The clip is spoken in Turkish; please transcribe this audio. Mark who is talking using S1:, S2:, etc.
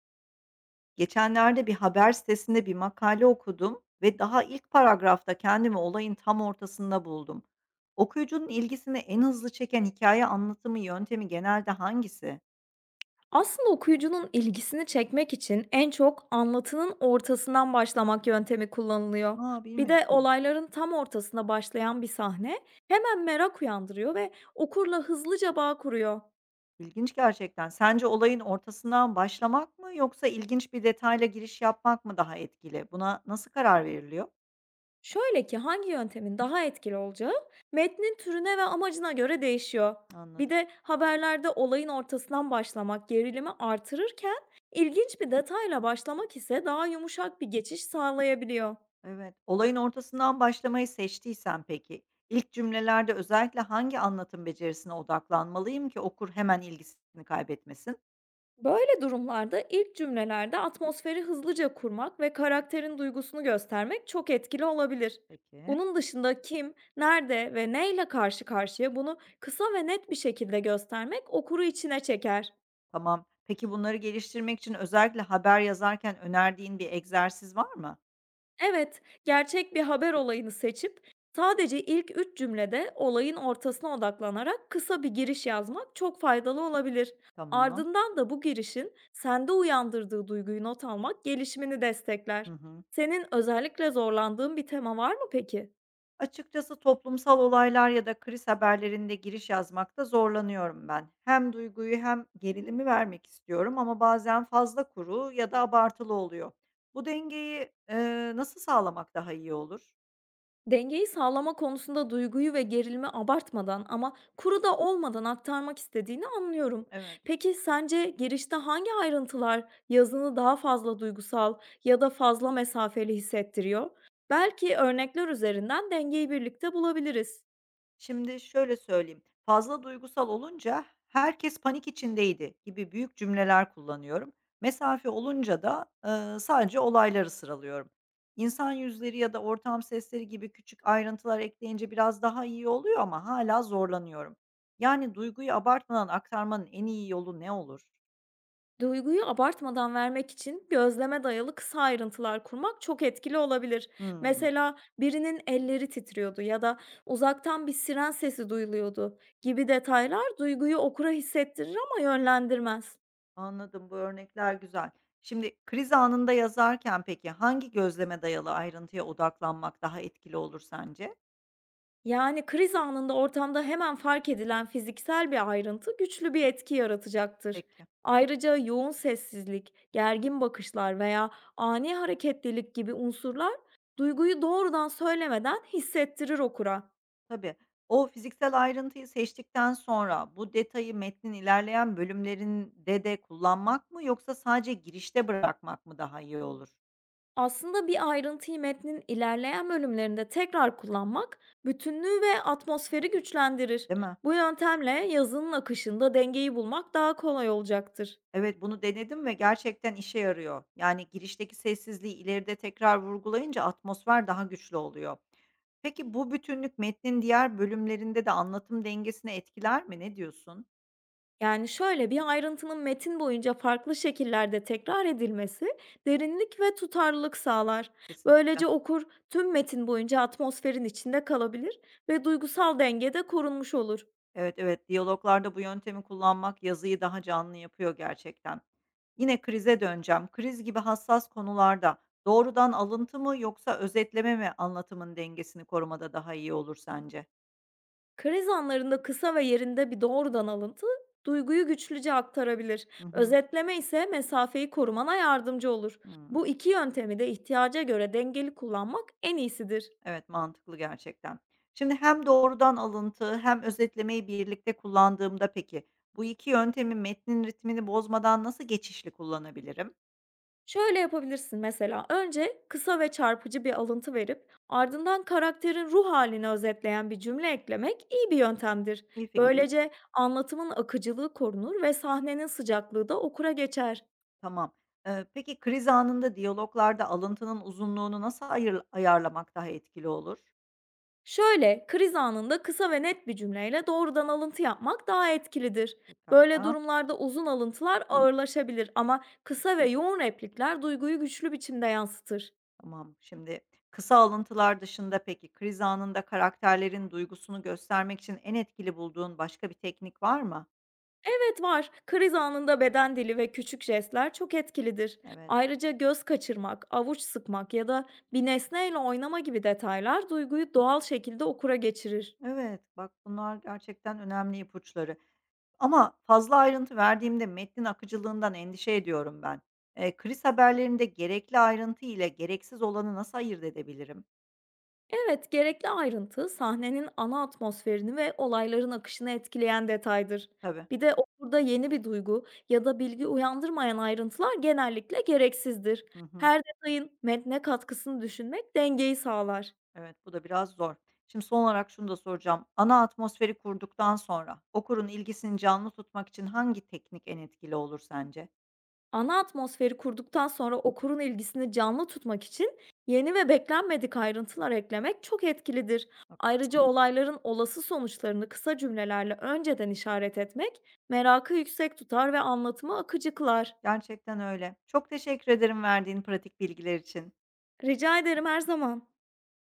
S1: Geçenlerde bir haber sitesinde bir makale okudum ve daha ilk paragrafta kendimi olayın tam ortasında buldum. Okuyucunun ilgisini en hızlı çeken hikaye anlatımı yöntemi genelde hangisi?
S2: Aslında okuyucunun ilgisini çekmek için en çok anlatının ortasından başlamak yöntemi kullanılıyor.
S1: Aa
S2: Bir de
S1: bilmiyordum.
S2: olayların tam ortasına başlayan bir sahne hemen merak uyandırıyor ve okurla hızlıca bağ kuruyor.
S1: İlginç gerçekten. Sence olayın ortasından başlamak mı yoksa ilginç bir detayla giriş yapmak mı daha etkili? Buna nasıl karar veriliyor?
S2: Şöyle ki, hangi yöntemin daha etkili olacağı metnin türüne ve amacına göre değişiyor. Bir
S1: Anladım.
S2: de haberlerde olayın ortasından başlamak gerilimi artırırken, ilginç bir detayla başlamak ise daha yumuşak bir geçiş sağlayabiliyor.
S1: Evet. Olayın ortasından başlamayı seçtiysen peki, ilk cümlelerde özellikle hangi anlatım becerisine odaklanmalıyım ki okur hemen ilgisini kaybetmesin?
S2: Böyle durumlarda ilk cümlelerde atmosferi hızlıca kurmak ve karakterin duygusunu göstermek çok etkili olabilir.
S1: Peki.
S2: Bunun dışında kim, nerede ve neyle karşı karşıya, bunu kısa ve net bir şekilde göstermek okuru içine çeker.
S1: Tamam. Peki bunları geliştirmek için özellikle haber yazarken önerdiğin bir egzersiz var mı?
S2: Evet, gerçek bir haber olayını seçip sadece ilk 3 cümlede olayın ortasına odaklanarak kısa bir giriş yazmak çok faydalı olabilir.
S1: Tamam.
S2: Ardından da bu girişin sende uyandırdığı duyguyu not almak gelişimini
S1: Hı
S2: destekler.
S1: hı.
S2: Senin özellikle zorlandığın bir tema var mı peki?
S1: Açıkçası toplumsal olaylar ya da kriz haberlerinde giriş yazmakta zorlanıyorum ben. Hem duyguyu hem gerilimi vermek istiyorum ama bazen fazla kuru ya da abartılı oluyor. Bu dengeyi, nasıl sağlamak daha iyi olur?
S2: Dengeyi sağlama konusunda duyguyu ve gerilimi abartmadan ama kuru da olmadan aktarmak istediğini anlıyorum.
S1: Evet.
S2: Peki sence girişte hangi ayrıntılar yazını daha fazla duygusal ya da fazla mesafeli hissettiriyor? Belki örnekler üzerinden dengeyi birlikte bulabiliriz.
S1: Şimdi şöyle söyleyeyim, fazla duygusal olunca "herkes panik içindeydi" gibi büyük cümleler kullanıyorum. Mesafe olunca da, sadece olayları sıralıyorum. İnsan yüzleri ya da ortam sesleri gibi küçük ayrıntılar ekleyince biraz daha iyi oluyor ama hala zorlanıyorum. Yani duyguyu abartmadan aktarmanın en iyi yolu ne olur?
S2: Duyguyu abartmadan vermek için gözleme dayalı kısa ayrıntılar kurmak çok etkili olabilir.
S1: Hımm,
S2: Mesela birinin elleri titriyordu ya da uzaktan bir siren sesi duyuluyordu gibi detaylar duyguyu okura hissettirir ama yönlendirmez.
S1: anladım, bu örnekler güzel. Şimdi kriz anında yazarken peki hangi gözleme dayalı ayrıntıya odaklanmak daha etkili olur sence?
S2: Yani kriz anında ortamda hemen fark edilen fiziksel bir ayrıntı güçlü bir etki yaratacaktır.
S1: Peki.
S2: Ayrıca yoğun sessizlik, gergin bakışlar veya ani hareketlilik gibi unsurlar duyguyu doğrudan söylemeden hissettirir okura.
S1: Tabii. O fiziksel ayrıntıyı seçtikten sonra bu detayı metnin ilerleyen bölümlerinde de kullanmak mı yoksa sadece girişte bırakmak mı daha iyi olur,
S2: Aslında bir ayrıntıyı metnin ilerleyen bölümlerinde tekrar kullanmak bütünlüğü ve atmosferi güçlendirir.
S1: değil mi?
S2: Bu yöntemle yazının akışında dengeyi bulmak daha kolay olacaktır.
S1: Evet, bunu denedim ve gerçekten işe yarıyor. Yani girişteki sessizliği ileride tekrar vurgulayınca atmosfer daha güçlü oluyor. Peki bu bütünlük metnin diğer bölümlerinde de anlatım dengesini etkiler mi? Ne diyorsun?
S2: Yani şöyle, bir ayrıntının metin boyunca farklı şekillerde tekrar edilmesi derinlik ve tutarlılık sağlar.
S1: Kesinlikle.
S2: Böylece okur tüm metin boyunca atmosferin içinde kalabilir ve duygusal denge de korunmuş olur.
S1: Evet, evet, diyaloglarda bu yöntemi kullanmak yazıyı daha canlı yapıyor gerçekten. Yine krize döneceğim. Kriz gibi hassas konularda doğrudan alıntı mı yoksa özetleme mi anlatımın dengesini korumada daha iyi olur sence?
S2: Kriz anlarında kısa ve yerinde bir doğrudan alıntı duyguyu güçlüce aktarabilir.
S1: Hı hı.
S2: Özetleme ise mesafeyi korumana yardımcı olur.
S1: Hımm.
S2: Bu iki yöntemi de ihtiyaca göre dengeli kullanmak en iyisidir.
S1: Evet, mantıklı gerçekten. Şimdi hem doğrudan alıntı hem özetlemeyi birlikte kullandığımda peki bu 2 yöntemi metnin ritmini bozmadan nasıl geçişli kullanabilirim?
S2: Şöyle yapabilirsin: mesela önce kısa ve çarpıcı bir alıntı verip ardından karakterin ruh halini özetleyen bir cümle eklemek iyi bir yöntemdir. Hı hı.
S1: İyi fikir.
S2: Böylece anlatımın akıcılığı korunur ve sahnenin sıcaklığı da okura geçer.
S1: Tamam. Peki kriz anında diyaloglarda alıntının uzunluğunu nasıl ayarlamak daha etkili olur?
S2: Şöyle, kriz anında kısa ve net bir cümleyle doğrudan alıntı yapmak daha etkilidir. Böyle
S1: Pekala,
S2: durumlarda uzun alıntılar ağırlaşabilir, ama kısa ve yoğun replikler duyguyu güçlü biçimde yansıtır.
S1: tamam. Şimdi kısa alıntılar dışında peki kriz anında karakterlerin duygusunu göstermek için en etkili bulduğun başka bir teknik var mı?
S2: Evet var, kriz anında beden dili ve küçük jestler çok etkilidir.
S1: Evet.
S2: Ayrıca göz kaçırmak, avuç sıkmak ya da bir nesneyle oynama gibi detaylar duyguyu doğal şekilde okura geçirir.
S1: Evet, bak bunlar gerçekten önemli ipuçları. Ama fazla ayrıntı verdiğimde metnin akıcılığından endişe ediyorum ben. Kriz haberlerinde gerekli ayrıntı ile gereksiz olanı nasıl ayırt edebilirim?
S2: Evet, gerekli ayrıntı sahnenin ana atmosferini ve olayların akışını etkileyen detaydır.
S1: Tabii.
S2: Bir de okurda yeni bir duygu ya da bilgi uyandırmayan ayrıntılar genellikle gereksizdir.
S1: Hı hı.
S2: Her detayın metne katkısını düşünmek dengeyi sağlar.
S1: Evet, bu da biraz zor. Şimdi son olarak şunu da soracağım. Ana atmosferi kurduktan sonra okurun ilgisini canlı tutmak için hangi teknik en etkili olur sence?
S2: Ana atmosferi kurduktan sonra okurun ilgisini canlı tutmak için yeni ve beklenmedik ayrıntılar eklemek çok etkilidir. Ayrıca
S1: Haklısın.
S2: olayların olası sonuçlarını kısa cümlelerle önceden işaret etmek merakı yüksek tutar ve anlatımı akıcı kılar.
S1: Gerçekten öyle. Çok teşekkür ederim verdiğin pratik bilgiler için.
S2: Rica ederim, her zaman.